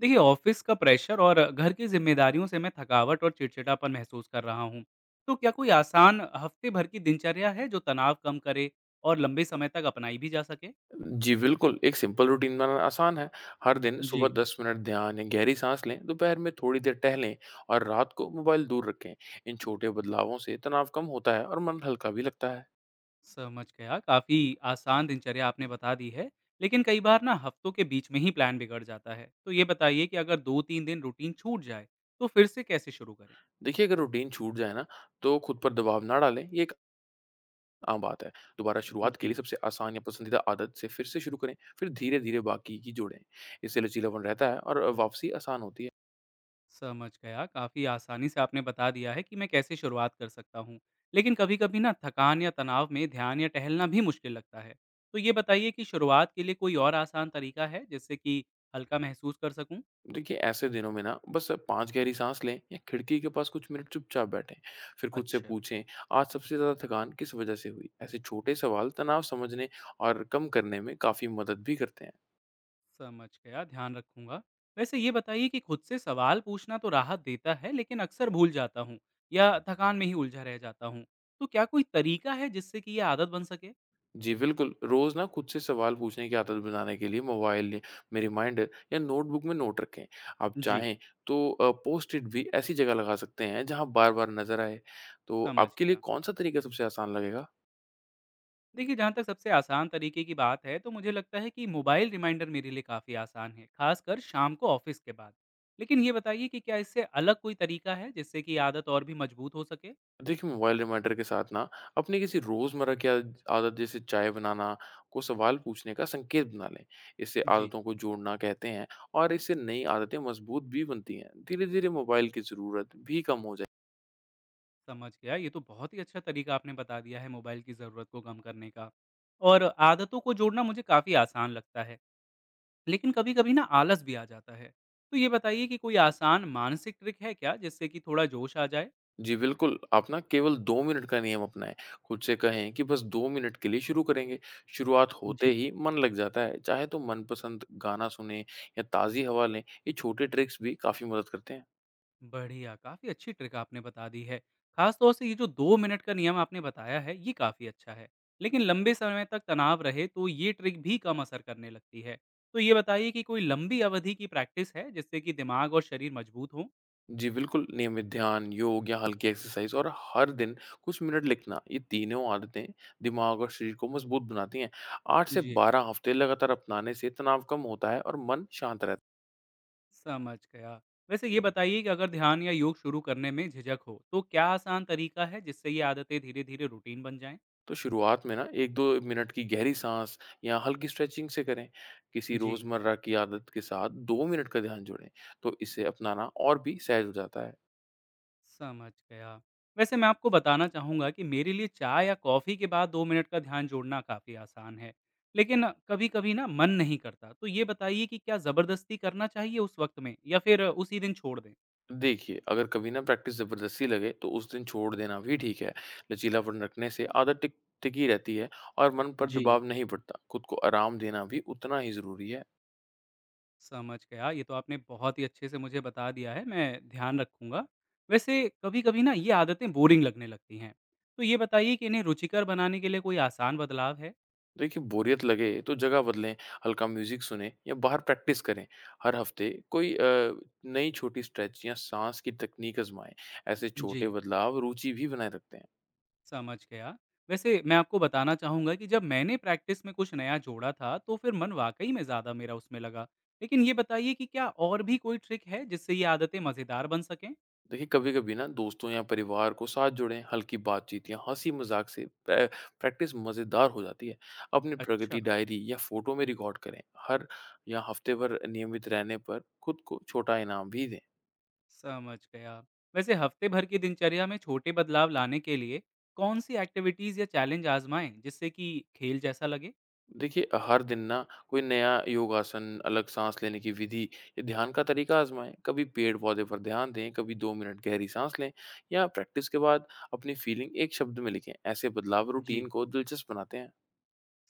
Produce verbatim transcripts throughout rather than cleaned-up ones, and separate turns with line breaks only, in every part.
देखिए ऑफिस का प्रेशर और घर की जिम्मेदारियों से मैं थकावट और चिड़चिड़ापन महसूस कर रहा हूँ। तो क्या कोई आसान हफ्ते भर की दिनचर्या है जो तनाव कम करे और लंबे समय तक अपनाई भी जा सके?
जी, बिल्कुल, एक सिंपल रूटीन बनाना आसान है। हर दिन सुबह
जी,
दस मिनट ध्यान या गहरी सांस लें, दोपहर में थोड़ी देर टहलें और रात को मोबाइल दूर रखें। इन छोटे बदलावों से तनाव कम होता है और मन हल्का भी लगता है।
समझ गया। काफी आसान दिनचर्या आपने बता दी है। लेकिन कई बार ना हफ्तों के बीच में ही प्लान बिगड़ जाता है, तो ये बताइए कि अगर दो तीन दिन रूटीन छूट जाए तो फिर से कैसे शुरू करें?
देखिए, अगर रूटीन छूट जाए ना, तो खुद पर दबाव ना डालें, ये एक आम बात है। दोबारा शुरुआत के लिए
जी,
सबसे आसान या पसंदीदा आदत से फिर से शुरू करें, फिर धीरे-धीरे बाकी की जोड़ें। इससे लचीलापन रहता है और वापसी आसान होती है।
समझ गया। काफ़ी आसानी से आपने बता दिया है कि मैं कैसे शुरुआत कर सकता हूँ। लेकिन कभी-कभी ना थकान या तनाव में ध्यान या टहलना भी मुश्किल लगता है। तो ये बताइए कि शुरुआत के लिए कोई और आसान तरीका है जिससे कि हल्का महसूस कर सकूँ?
देखिए ऐसे दिनों में ना बस पाँच गहरी साँस लें या खिड़की के पास कुछ मिनट चुपचाप बैठें। फिर खुद से
अच्छा,
पूछें, आज सबसे ज़्यादा थकान किस वजह से हुई? ऐसे छोटे सवाल तनाव समझने और कम करने में काफ़ी मदद भी करते हैं।
समझ गया, ध्यान रखूंगा। वैसे ये बताइए कि खुद से सवाल पूछना तो राहत देता है, लेकिन अक्सर भूल जाता हूँ या थकान में ही उलझा रह जाता हूँ। तो क्या कोई तरीका है जिससे कि ये आदत बन सके?
जी बिल्कुल, रोज़ ना खुद से सवाल पूछने की आदत बनाने के लिए मोबाइल में रिमाइंडर या नोटबुक में नोट रखें। आप
जी,
चाहें तो अ, पोस्ट-इट भी ऐसी जगह लगा सकते हैं जहाँ बार-बार नज़र आए। तो
समझ
आपके लिए
गया।
कौन-सा तरीका सबसे आसान लगेगा?
देखिए, जहाँ तक सबसे आसान तरीके की बात है तो मुझे लगता है कि मोबाइल रिमाइंडर मेरे लिए काफ़ी आसान है, खासकर शाम को ऑफिस के बाद। लेकिन ये बताइए कि क्या इससे अलग कोई तरीका है जिससे कि आदत और भी मजबूत हो सके?
देखिए, मोबाइल रिमाइंडर के साथ ना अपनी किसी रोज़मर्रा की आद आदत जैसे चाय बनाना को सवाल पूछने का संकेत बना लें। इससे
जी,
आदतों को जोड़ना कहते हैं और इससे नई आदतें मजबूत भी बनती हैं। धीरे-धीरे मोबाइल की ज़रूरत भी कम हो जाए।
समझ गया। ये तो बहुत ही अच्छा तरीका आपने बता दिया है मोबाइल की ज़रूरत को कम करने का। और आदतों को जोड़ना मुझे काफ़ी आसान लगता है, लेकिन कभी कभी ना आलस भी आ जाता है। तो ये बताइए कि कोई आसान मानसिक ट्रिक है क्या जिससे कि थोड़ा जोश आ जाए?
जी बिल्कुल, आप ना केवल दो मिनट का नियम अपनाएं। खुद से कहें कि बस दो मिनट के लिए शुरू करेंगे। शुरुआत होते ही मन लग जाता है। चाहे तो मनपसंद गाना सुनें या ताज़ी हवा लें। ये छोटे ट्रिक्स भी काफ़ी मदद करते हैं।
बढ़िया, काफ़ी अच्छी ट्रिक आपने बता दी है। ख़ास तौर से ये जो दो मिनट का नियम आपने बताया है, ये काफ़ी अच्छा है। लेकिन लंबे समय तक तनाव रहे तो ये ट्रिक भी कम असर करने लगती है। तो ये बताइए कि कोई लंबी अवधि की प्रैक्टिस है जिससे कि दिमाग और शरीर मजबूत हों?
जी, बिल्कुल, नियमित ध्यान, योग या हल्की एक्सरसाइज़ और हर दिन कुछ मिनट लिखना, ये तीनों आदतें दिमाग और शरीर को मजबूत बनाती हैं। आठ से
जी।
बारह हफ्ते लगातार अपनाने से तनाव कम होता है और मन शांत रहता है।
समझ गया। वैसे ये बताइए कि अगर ध्यान या योग शुरू करने में झिझक हो, तो क्या आसान तरीका है जिससे ये आदतें धीरे-धीरे रूटीन बन जाएँ?
तो शुरुआत में ना एक दो मिनट की गहरी साँस या हल्की स्ट्रेचिंग से करें। किसी
जी।
रोज़मर्रा की आदत के साथ दो मिनट का ध्यान जोड़ें, तो इसे अपनाना और भी सहज हो जाता है।
समझ गया। वैसे मैं आपको बताना चाहूँगा कि मेरे लिए चाय या कॉफ़ी के बाद दो मिनट का ध्यान जोड़ना काफ़ी आसान है। लेकिन कभी-कभी ना मन नहीं करता, तो ये बताइए कि क्या ज़बरदस्ती करना चाहिए उस वक़्त में या फिर उसी दिन छोड़ दें?
देखिए, अगर कभी ना प्रैक्टिस ज़बरदस्ती लगे, तो उस दिन छोड़ देना भी ठीक है। लचीलापन रखने से आदत टिक टिकी रहती है और मन पर
जी,
दबाव नहीं पड़ता। खुद को आराम देना भी उतना ही ज़रूरी है।
समझ गया। ये तो आपने बहुत ही अच्छे से मुझे बता दिया है, मैं ध्यान रखूँगा। वैसे कभी-कभी ना ये आदतें बोरिंग लगने लगती हैं, तो ये बताइए कि इन्हें रुचिकर बनाने के लिए कोई आसान बदलाव है?
देखिए, बोरियत लगे तो जगह बदलें, हल्का म्यूज़िक सुनें या बाहर प्रैक्टिस करें। हर हफ्ते कोई अ, नई छोटी स्ट्रेच या साँस की तकनीक आज़माएँ। ऐसे
जी।
छोटे बदलाव रुचि भी बनाए रखते हैं।
समझ गया। वैसे मैं आपको बताना चाहूँगा कि जब मैंने प्रैक्टिस में कुछ नया जोड़ा था, तो फिर मन वाक़ई में ज़्यादा मेरा उसमें लगा। लेकिन ये बताइए कि क्या और भी कोई ट्रिक है जिससे ये आदतें मज़ेदार बन सकें?
देखिए कभी-कभी ना दोस्तों या परिवार को साथ जोड़ें, हल्की बातचीत या हँसी-मज़ाक से प्रे प्रैक्टिस मज़ेदार हो जाती है। अपनी
अच्छा,
प्रगति डायरी या फ़ोटो में रिकॉर्ड करें। हर या हफ़्ते भर नियमित रहने पर खुद को छोटा इनाम भी दें।
समझ गया। वैसे हफ्ते भर की दिनचर्या में छोटे बदलाव लाने के लिए कौन-सी एक्टिविटीज़ या चैलेंज आज़माएँ जिससे कि खेल जैसा लगे?
देखिए हर दिन ना कोई नया योगासन, अलग साँस लेने की विधि या ध्यान का तरीका आज़माएँ। कभी पेड़-पौधे पर ध्यान दें, कभी दो मिनट गहरी साँस लें या प्रैक्टिस के बाद अपनी फीलिंग एक शब्द में लिखें। ऐसे बदलाव
जी।
रूटीन को दिलचस्प बनाते हैं।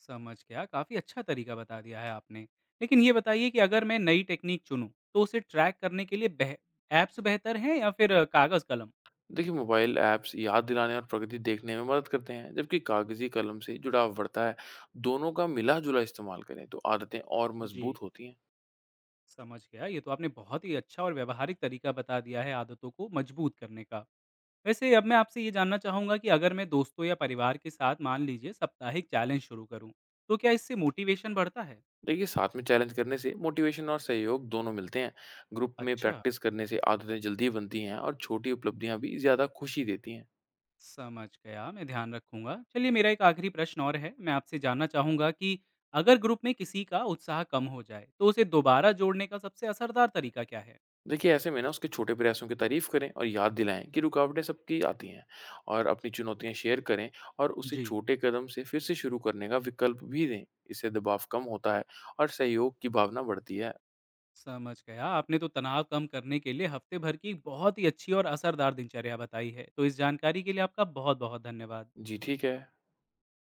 समझ गया, काफ़ी अच्छा तरीका बता दिया है आपने। लेकिन ये बताइए कि अगर मैं नई टेक्नीक चुनूँ, तो उसे ट्रैक करने के लिए बेह ऐप्स बेहतर हैं या फिर कागज़-कलम?
देखिए मोबाइल ऐप्स याद दिलाने और प्रगति देखने में मदद करते हैं जबकि कागजी कलम से जुड़ाव बढ़ता है। दोनों का मिला जुला इस्तेमाल करें तो आदतें और
जी।
मजबूत होती हैं।
समझ गया, ये तो आपने बहुत ही अच्छा और व्यावहारिक तरीका बता दिया है आदतों को मजबूत करने का। वैसे अब मैं आपसे ये जानना चाहूँगा कि अगर मैं दोस्तों या परिवार के साथ मान लीजिए साप्ताहिक चैलेंज शुरू करूँ, तो क्या इससे मोटिवेशन बढ़ता है?
देखिए साथ में चैलेंज करने से मोटिवेशन और सहयोग दोनों मिलते हैं। ग्रुप में
अच्छा।
प्रैक्टिस करने से आदतें जल्दी बनती हैं और छोटी उपलब्धियां भी ज़्यादा खुशी देती हैं।
समझ गया, मैं ध्यान रखूँगा। चलिए मेरा एक आखिरी प्रश्न और है, मैं आपसे जानना चाहूँगा कि अगर ग्रुप में किसी का उत्साह कम हो जाए, तो उसे दोबारा जोड़ने का सबसे असरदार तरीका क्या है?
देखिए ऐसे में ना उसके छोटे प्रयासों की तारीफ करें और याद दिलाएं कि रुकावटें सबकी आती हैं और अपनी चुनौतियां शेयर करें और उसे
जी,
छोटे कदम से फिर से शुरू करने का विकल्प भी दें। इससे दबाव कम होता है और सहयोग की भावना बढ़ती है।
समझ गया। आपने तो तनाव कम करने के लिए हफ्ते भर की एक बहुत ही अच्छी और असरदार दिनचर्या बताई है। तो इस जानकारी के लिए आपका बहुत-बहुत धन्यवाद।
जी ठीक है।